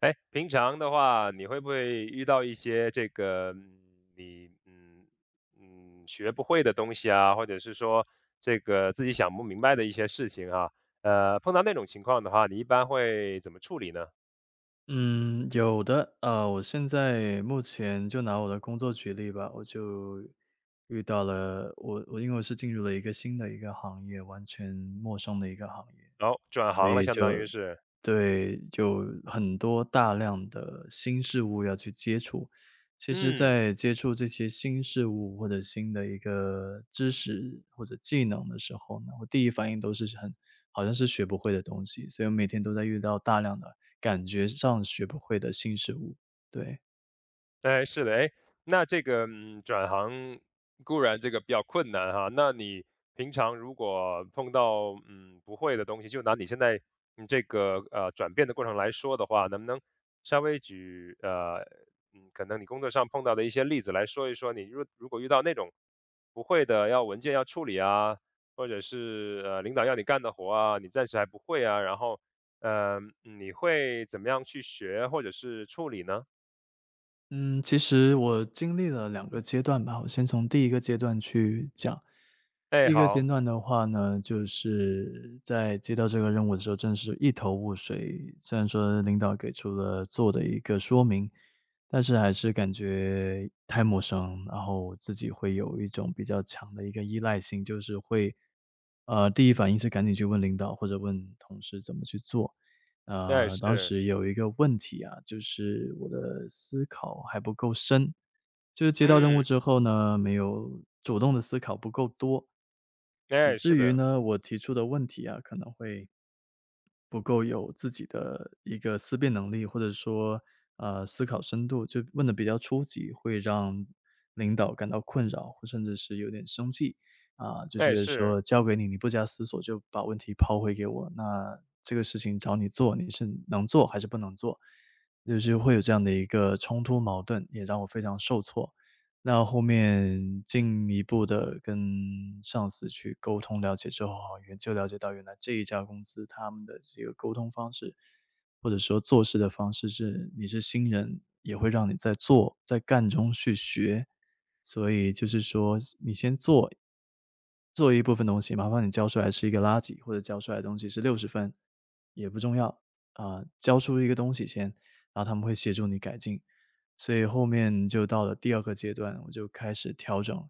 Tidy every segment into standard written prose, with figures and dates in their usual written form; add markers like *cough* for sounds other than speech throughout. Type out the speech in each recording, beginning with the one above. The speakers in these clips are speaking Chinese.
哎，平常的话，你会不会遇到一些这个你学不会的东西啊，或者是说这个自己想不明白的一些事情啊？碰到那种情况的话，你一般会怎么处理呢？嗯，有的，我现在目前就拿我的工作举例吧，我就遇到了我我因为我是进入了一个新的一个行业，完全陌生的一个行业，然后转所行了，以相当于是，对，就很多大量的新事物要去接触。其实嗯。在接触这些新事物或者新的一个知识或者技能的时候呢，我第一反应都是好像是学不会的东西，所以我每天都在遇到大量的感觉上学不会的新事物，对。哎，是的，哎，那这个转行固然这个比较困难哈，那你平常如果碰到不会的东西，就拿你现在你这个转变的过程来说的话，能不能稍微举可能你工作上碰到的一些例子来说一说？你如果遇到那种不会的要文件要处理啊，或者是领导要你干的活啊，你暂时还不会啊，然后呃你会怎么样去学或者是处理呢？嗯，其实我经历了两个阶段吧，我先从第一个阶段去讲。第哎，一个阶好。段的话呢，就是在接到这个任务的时候，真的是一头雾水。虽然说领导给出了做的一个说明，但是还是感觉太陌生，然后自己会有一种比较强的一个依赖性，就是会，第一反应是赶紧去问领导或者问同事怎么去做。哎，当是，时有一个问题啊，就是我的思考还不够深，就是接到任务嗯，之后呢，没有主动的思考不够多，以哎，是至于的，呢，我提出的问题啊，可能会不够有自己的一个思辨能力，或者说，思考深度，就问的比较初级，会让领导感到困扰，或甚至是有点生气。啊，就哎，觉得是，说交给你，你不加思索就把问题抛回给我，那这个事情找你做，你是能做还是不能做？就是会有这样的一个冲突矛盾，也让我非常受挫。那后面进一步的跟上司去沟通了解之后啊，原就了解到原来这一家公司他们的这个沟通方式，或者说做事的方式是你是新人，也会让你在做在干中去学。所以就是说你先做，做一部分东西，麻烦你交出来是一个垃圾，或者交出来的东西是60分，也不重要。啊，交出一个东西先，然后他们会协助你改进。所以后面就到了第二个阶段，我就开始调整了。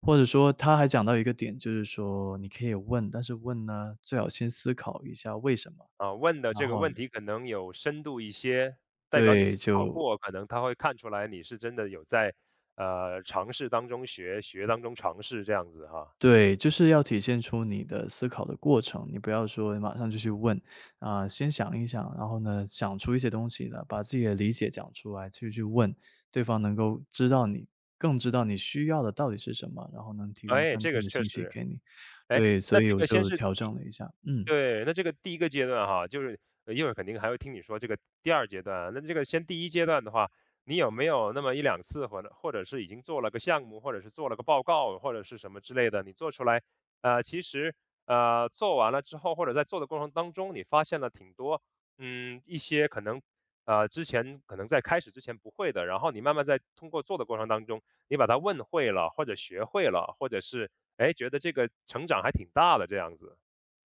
或者说他还讲到一个点，就是说你可以问，但是问呢，最好先思考一下为什么，啊，问的然这个后问题可能有深度一些，代表你对，思考就过，可能他会看出来你是真的有在，尝试当中学，学当中尝试这样子哈。对，就是要体现出你的思考的过程，你不要说马上就去问，啊，先想一想，然后呢，想出一些东西来，把自己的理解讲出来，去问对方，能够知道你更知道你需要的到底是什么，然后能提供哎，关这键个的确信息实，给你。哎，对，那所以这我个先就是调整了一下，嗯。对，那这个第一个阶段哈，就是一会儿肯定还会听你说这个第二阶段啊，那这个先第一阶段的话，你有没有那么一两次，或者是已经做了个项目，或者是做了个报告，或者是什么之类的，你做出来，其实做完了之后，或者在做的过程当中，你发现了挺多，一些可能之前可能在开始之前不会的，然后你慢慢在通过做的过程当中，你把它问会了，或者学会了，或者是哎觉得这个成长还挺大的这样子。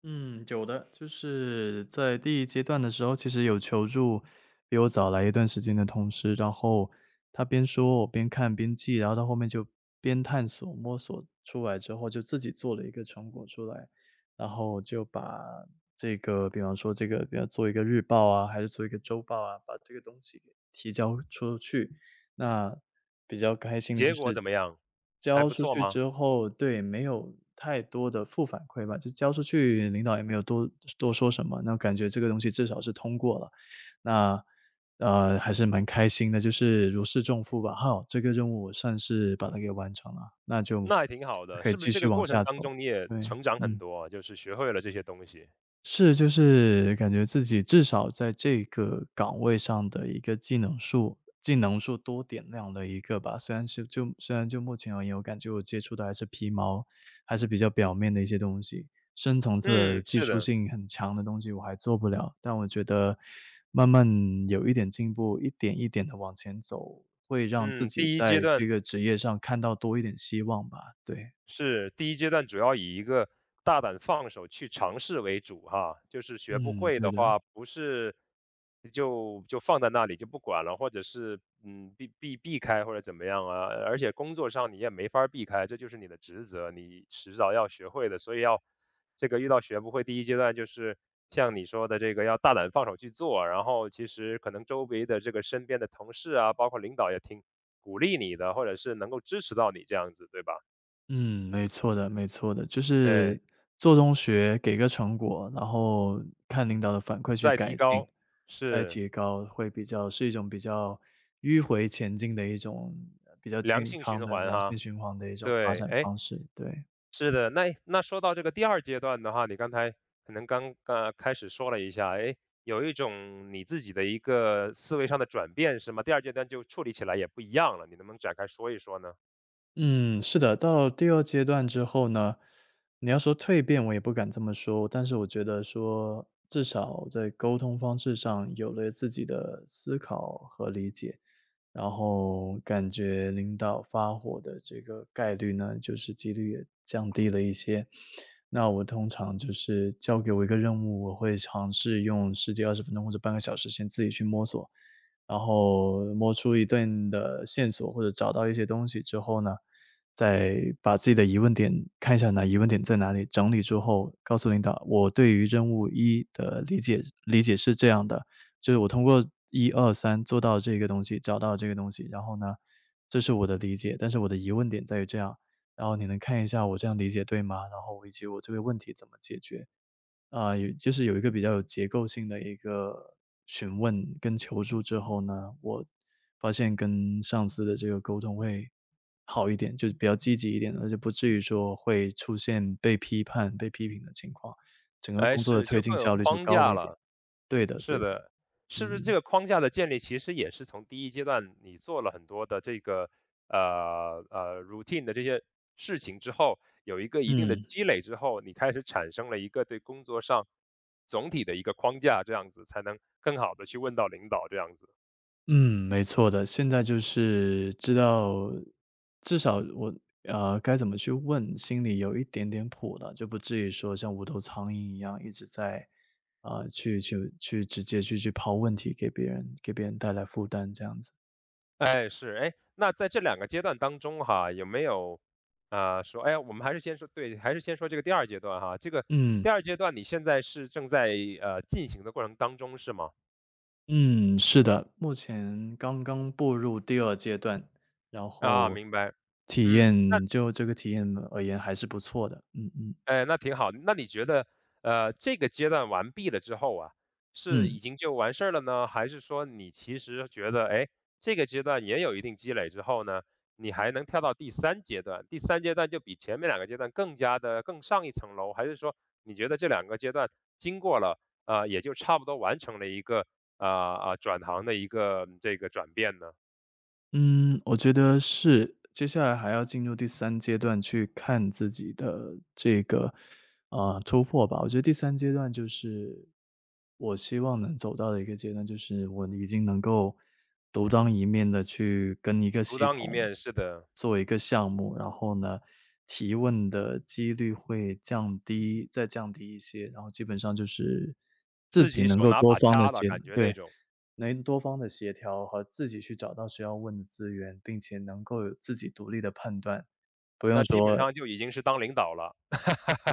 嗯，有的，就是在第一阶段的时候，其实有求助比我早来一段时间的同事，然后他边说，我边看边记，然后到后面就边探索摸索出来之后，就自己做了一个成果出来，然后就把这个，比方说这个，比方做一个日报啊，还是做一个周报啊，把这个东西给提交出去。那比较开心的就结果是怎么样？还交不出错去吗？之后对，没有太多的负反馈吧，就交出去，领导也没有多说什么，那感觉这个东西至少是通过了。那，还是蛮开心的，就是如释重负吧，好，这个任务我算是把它给完成了，那就那还挺好的，可以是不继是这续个往过程下当走，中你也对，成长很嗯。多啊，就是学会了这些东西？是，就是感觉自己至少在这个岗位上的一个技能树多点亮了一个吧。虽然就目前而言，我感觉我接触的还是皮毛，还是比较表面的一些东西，深层次的嗯，技是术的，性很强的东西我还做不了。但我觉得慢慢有一点进步，一点一点的往前走，会让自嗯，己在这个职业上看到多一点希望吧，对。第一阶段主要以一个大胆放手去尝试为主哈，就是学不嗯，会对的的。话，不是就放在那里就不管了，或者是避开或者怎么样啊，而且工作上你也没法儿避开，这就是你的职责，你迟早要学会的，所以要这个遇到学不会，第一阶段就是像你说的这个要大胆放手去做，然后其实可能周围的这个身边的同事啊，包括领导也挺鼓励你的，或者是能够支持到你这样子，对吧？嗯，没错的，没错的，就是哎。做中学，给个成果，然后看领导的反馈去再提改进，高，再是，提高，会比较是一种比较迂回前进的一种，比较良健性康循的环良性哈。循环的一种发对，展哎，方式，对。是的，那说到这个第二阶段的话，你刚才可能刚开始说了一下，哎，有一种你自己的一个思维上的转变是吗？第二阶段就处理起来也不一样了，你能不能展开说一说呢？嗯，是的，到第二阶段之后呢，你要说蜕变我也不敢这么说，但是我觉得说，至少在沟通方式上有了自己的思考和理解，然后感觉领导发火的这个概率呢，就是几率也降低了一些。那我通常就是交给我一个任务，我会尝试用十几二十分钟或者半个小时先自己去摸索。然后摸出一段的线索或者找到一些东西之后呢，再把自己的疑问点看一下哪疑问点在哪里，整理之后告诉领导，我对于任务一的理解是这样的，就是我通过一二三做到这个东西，找到这个东西，然后呢，这是我的理解，但是我的疑问点在于这样，然后你能看一下我这样理解对吗？然后以及我这个问题怎么解决？啊，有就是有一个比较有结构性的一个询问跟求助之后呢，我发现跟上司的这个沟通会好一点，就是比较积极一点的，就不至于说会出现被批判、被批评的情况，整个哎，工作的是，推就进更有效率就框高了架一点。了。对的，对是的，的，是不是这嗯。个框架的建立，其实也是从第一阶段你做了很多的这个routine 的这些事情之后，有一个一定的嗯。积累之后，你开始产生了一个对工作上总体的一个框架，这样子才能更好的去问到领导这样子。嗯，没错的。现在就是知道，至少我该怎么去问，心里有一点点谱了，就不至于说像无头苍蝇一样一直在啊、呃去去去直接去去抛问题给别人，给别人带来负担这样子。哎，是哎，那在这两个阶段当中哈，有没有啊、说，哎，我们还是先说对，还是先说这个第二阶段哈，这个嗯第二阶段你现在是正在进行的过程当中是吗？嗯，是的，目前刚刚步入第二阶段，然啊，后明白。体嗯，那验就这个体验而言还是不错的。嗯嗯哎，那挺好。那你觉得，这个阶段完毕了之后啊，是已嗯。经就完事儿了呢？还是说你其实觉得，哎，这个阶段也有一定积累之后呢，你还能跳到第三阶段？第三阶段就比前面两个阶段更加的更上一层楼？还是说你觉得这两个阶段经过了，呃，也就差不多完成了一个转行的一个这个转变呢？嗯，我觉得是，接下来还要进入第三阶段去看自己的这个，突破吧。我觉得第三阶段就是我希望能走到的一个阶段，就是我已经能够独当一面的去跟一个独系当一统面似的，做一个项目，然后呢，提问的几率会降低再降低一些，然后基本上就是自自己己能手够拿多把方的掐的接感觉那对。种。能多方的协调和自己去找到需要问的资源，并且能够有自己独立的判断。不那用基本说上就已经是当领导了。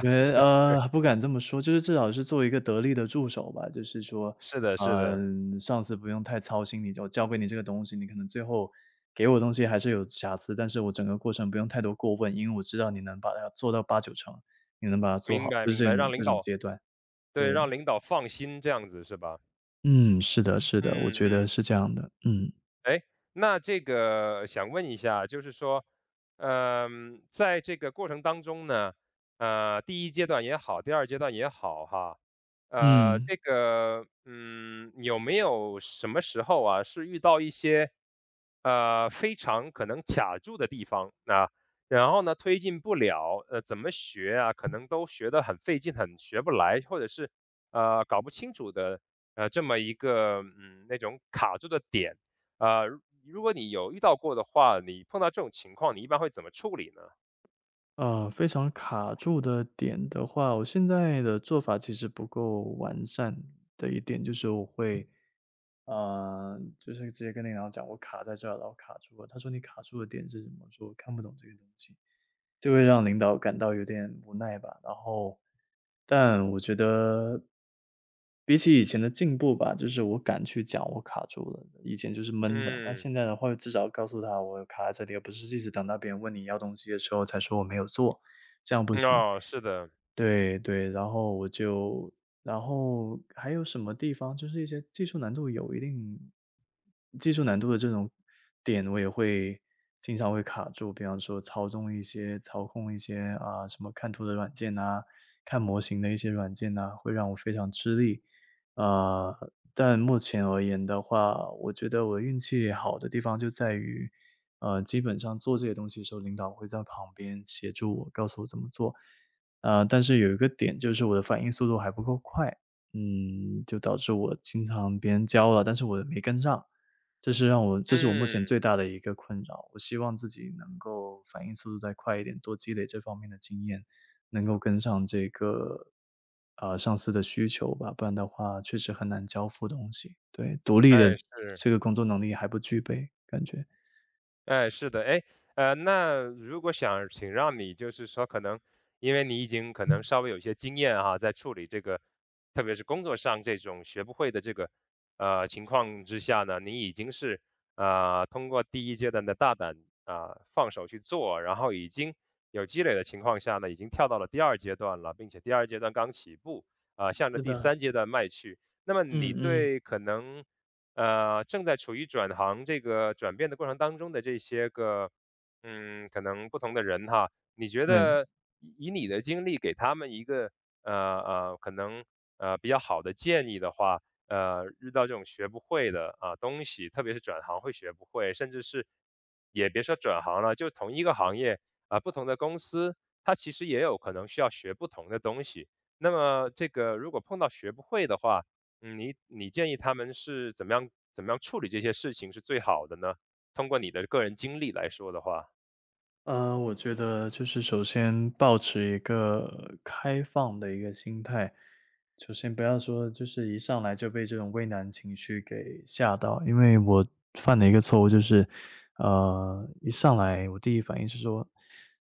因 为就不敢这么说，就是至少是做一个得力的助手吧。就是说，是是的是的，嗯上司不用太操心你，我交给你这个东西，你可能最后给我东西还是有瑕疵，但是我整个过程不用太多过问，因为我知道你能把它做到八九成，你能把它做明好，白就是明这白，种让领这种导阶段。对，对，让领导放心这样子是吧？嗯，是的是的，我嗯觉得嗯。是这样的，嗯，哎，那这个想问一下，就是说，在这个过程当中呢，第一阶段也好，第二阶段也好，哈，嗯。这个，有没有什么时候啊，是遇到一些，非常可能卡住的地方啊，然后呢，推进不了，怎么学啊，可能都学得很费劲，很学不来，或者是搞不清楚的，这么一个，那种卡住的点。啊，如果你有遇到过的话，你碰到这种情况，你一般会怎么处理呢？非常卡住的点的话，我现在的做法其实不够完善的一点就是我会，就是直接跟领导讲我卡在这儿了，我卡住了。他说："你卡住的点是什么？"我说："我看不懂这个东西。"就会让领导感到有点无奈吧。然后，但我觉得比起以前的进步吧，就是我敢去讲我卡住了，以前就是闷着，那嗯，现在的话至少告诉他我卡在这里，而不是一直等到别人问你要东西的时候才说我没有做，这样不嗯，行。哦，是的，对对，然后我就然后还有什么地方，就是一些技术难度有一定技术难度的这种点，我也会经常会卡住。比方说操控一些，啊，什么看图的软件呐，看模型的一些软件呐，会让我非常吃力。呃，但目前而言的话，我觉得我运气好的地方就在于，基本上做这些东西的时候，领导会在旁边协助我，告诉我怎么做。但是有一个点就是我的反应速度还不够快，嗯，就导致我经常别人教了，但是我没跟上，这是我目前嗯，最大的一个困扰。我希望自己能够反应速度再快一点，多积累这方面的经验，能够跟上这个，上司的需求吧，不然的话确实很难交付东西。对，独立的哎，是。这个工作能力还不具备，感觉。哎，是的，哎，那如果想让你就是说可能，因为你已经可能稍微有一些经验哈，在处理这个，特别是工作上这种学不会的这个情况之下呢，你已经是通过第一阶段的大胆啊、放手去做，然后已经有积累的情况下呢，已经跳到了第二阶段了，并且第二阶段刚起步啊、向着是第的，三阶段迈去。那么你嗯嗯。对可能正在处于转行这个转变的过程当中的这些个，可能不同的人哈，你觉对。得以你的经历给他们一个呃可能比较好的建议的话，遇到这种学不会的啊东西，特别是转行会学不会，甚至是也别说转行了，就同一个行业啊，不同的公司，它其实也有可能需要学不同的东西。那么这个如果碰到学不会的话，你建议他们是怎么样怎么样处理这些事情是最好的呢？通过你的个人经历来说的话，我觉得就是首先保持一个开放的一个心态，首先不要说就是一上来就被这种畏难情绪给吓到，因为我犯的一个错误就是，一上来我第一反应是说，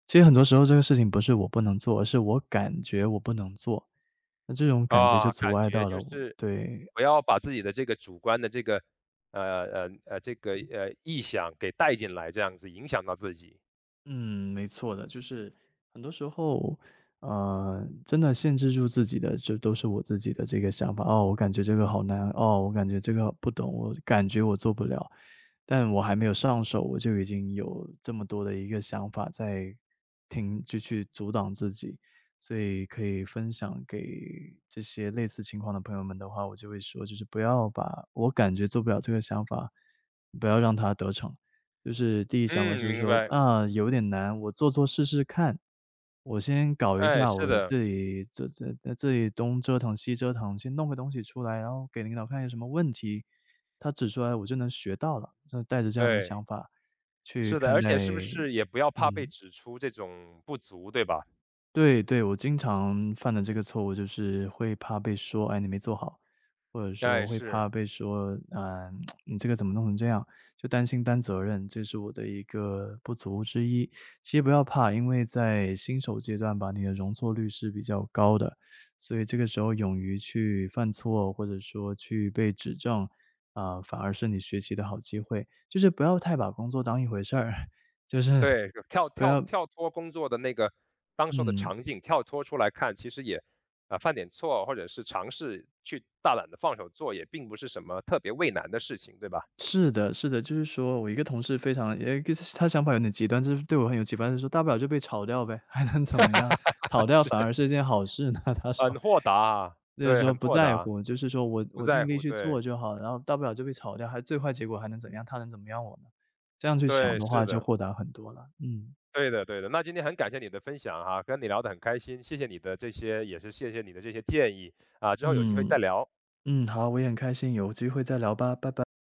其实很多时候这个事情不是我不能做，而是我感觉我不能做，那这种感觉就啊，阻感碍觉到就了我，是对，不要把自己的这个主观的这个臆想给带进来，这样子影响到自己。嗯，没错的，就是很多时候，真的限制住自己的，就都是我自己的这个想法。哦，我感觉这个好难，哦，我感觉这个不懂，我感觉我做不了，但我还没有上手，我就已经有这么多的一个想法在停，就去阻挡自己。所以可以分享给这些类似情况的朋友们的话，我就会说，就是不要把我感觉做不了这个想法，不要让它得逞。就是第一想法嗯，是明说，白。啊，有点难，我做做试试看。我先搞一哎，下，是我的，这里这在这里东折腾西折腾，先弄个东西出来，然后给领导看有什么问题，他指出来我就能学到了。就带着这样的对，想法去是的，看而且待。是不是也不要怕被嗯，指出这种不足，对吧？对对，我经常犯的这个错误就是会怕被说：“哎，你没做好。”或者说哎，会怕是。被说：“嗯，你这个怎么弄成这样？”就担责任，这是我的一个不足之一。其实不要怕，因为在新手阶段吧，你的容错率是比较高的，所以这个时候勇于去犯错，或者说去被指正，啊，反而是你学习的好机会。就是不要太把工作当一回事儿，*laughs* 就是对，跳不跳要。跳脱工作的那个当时的嗯，场景，跳脱出来看，其实也，啊犯点错或者是尝试去大胆的放手做，也并不是什么特别畏难的事情，对吧？是的是的，就是说我一个同事非常他想法有点极端，就是对我很有启发，就说大不了就被炒掉呗，*laughs* 还能怎么样？炒 *laughs* 掉反是而是一件好事呢，*laughs* 他说，很豁达啊就是对，说很不豁在达，乎，就是说我不我在尽力乎，去做对，就好，然后大不了就被炒掉，还最坏结果还能怎样？他能怎么样我呢？这样去想对，的是话就的，豁达很多了，嗯。对的，对的。那今天很感谢你的分享哈，跟你聊得很开心，谢谢你的这些也是谢谢你的这些建议，啊，之后有机会再嗯，聊。嗯，好，我也很开心，有机会再聊吧，拜拜。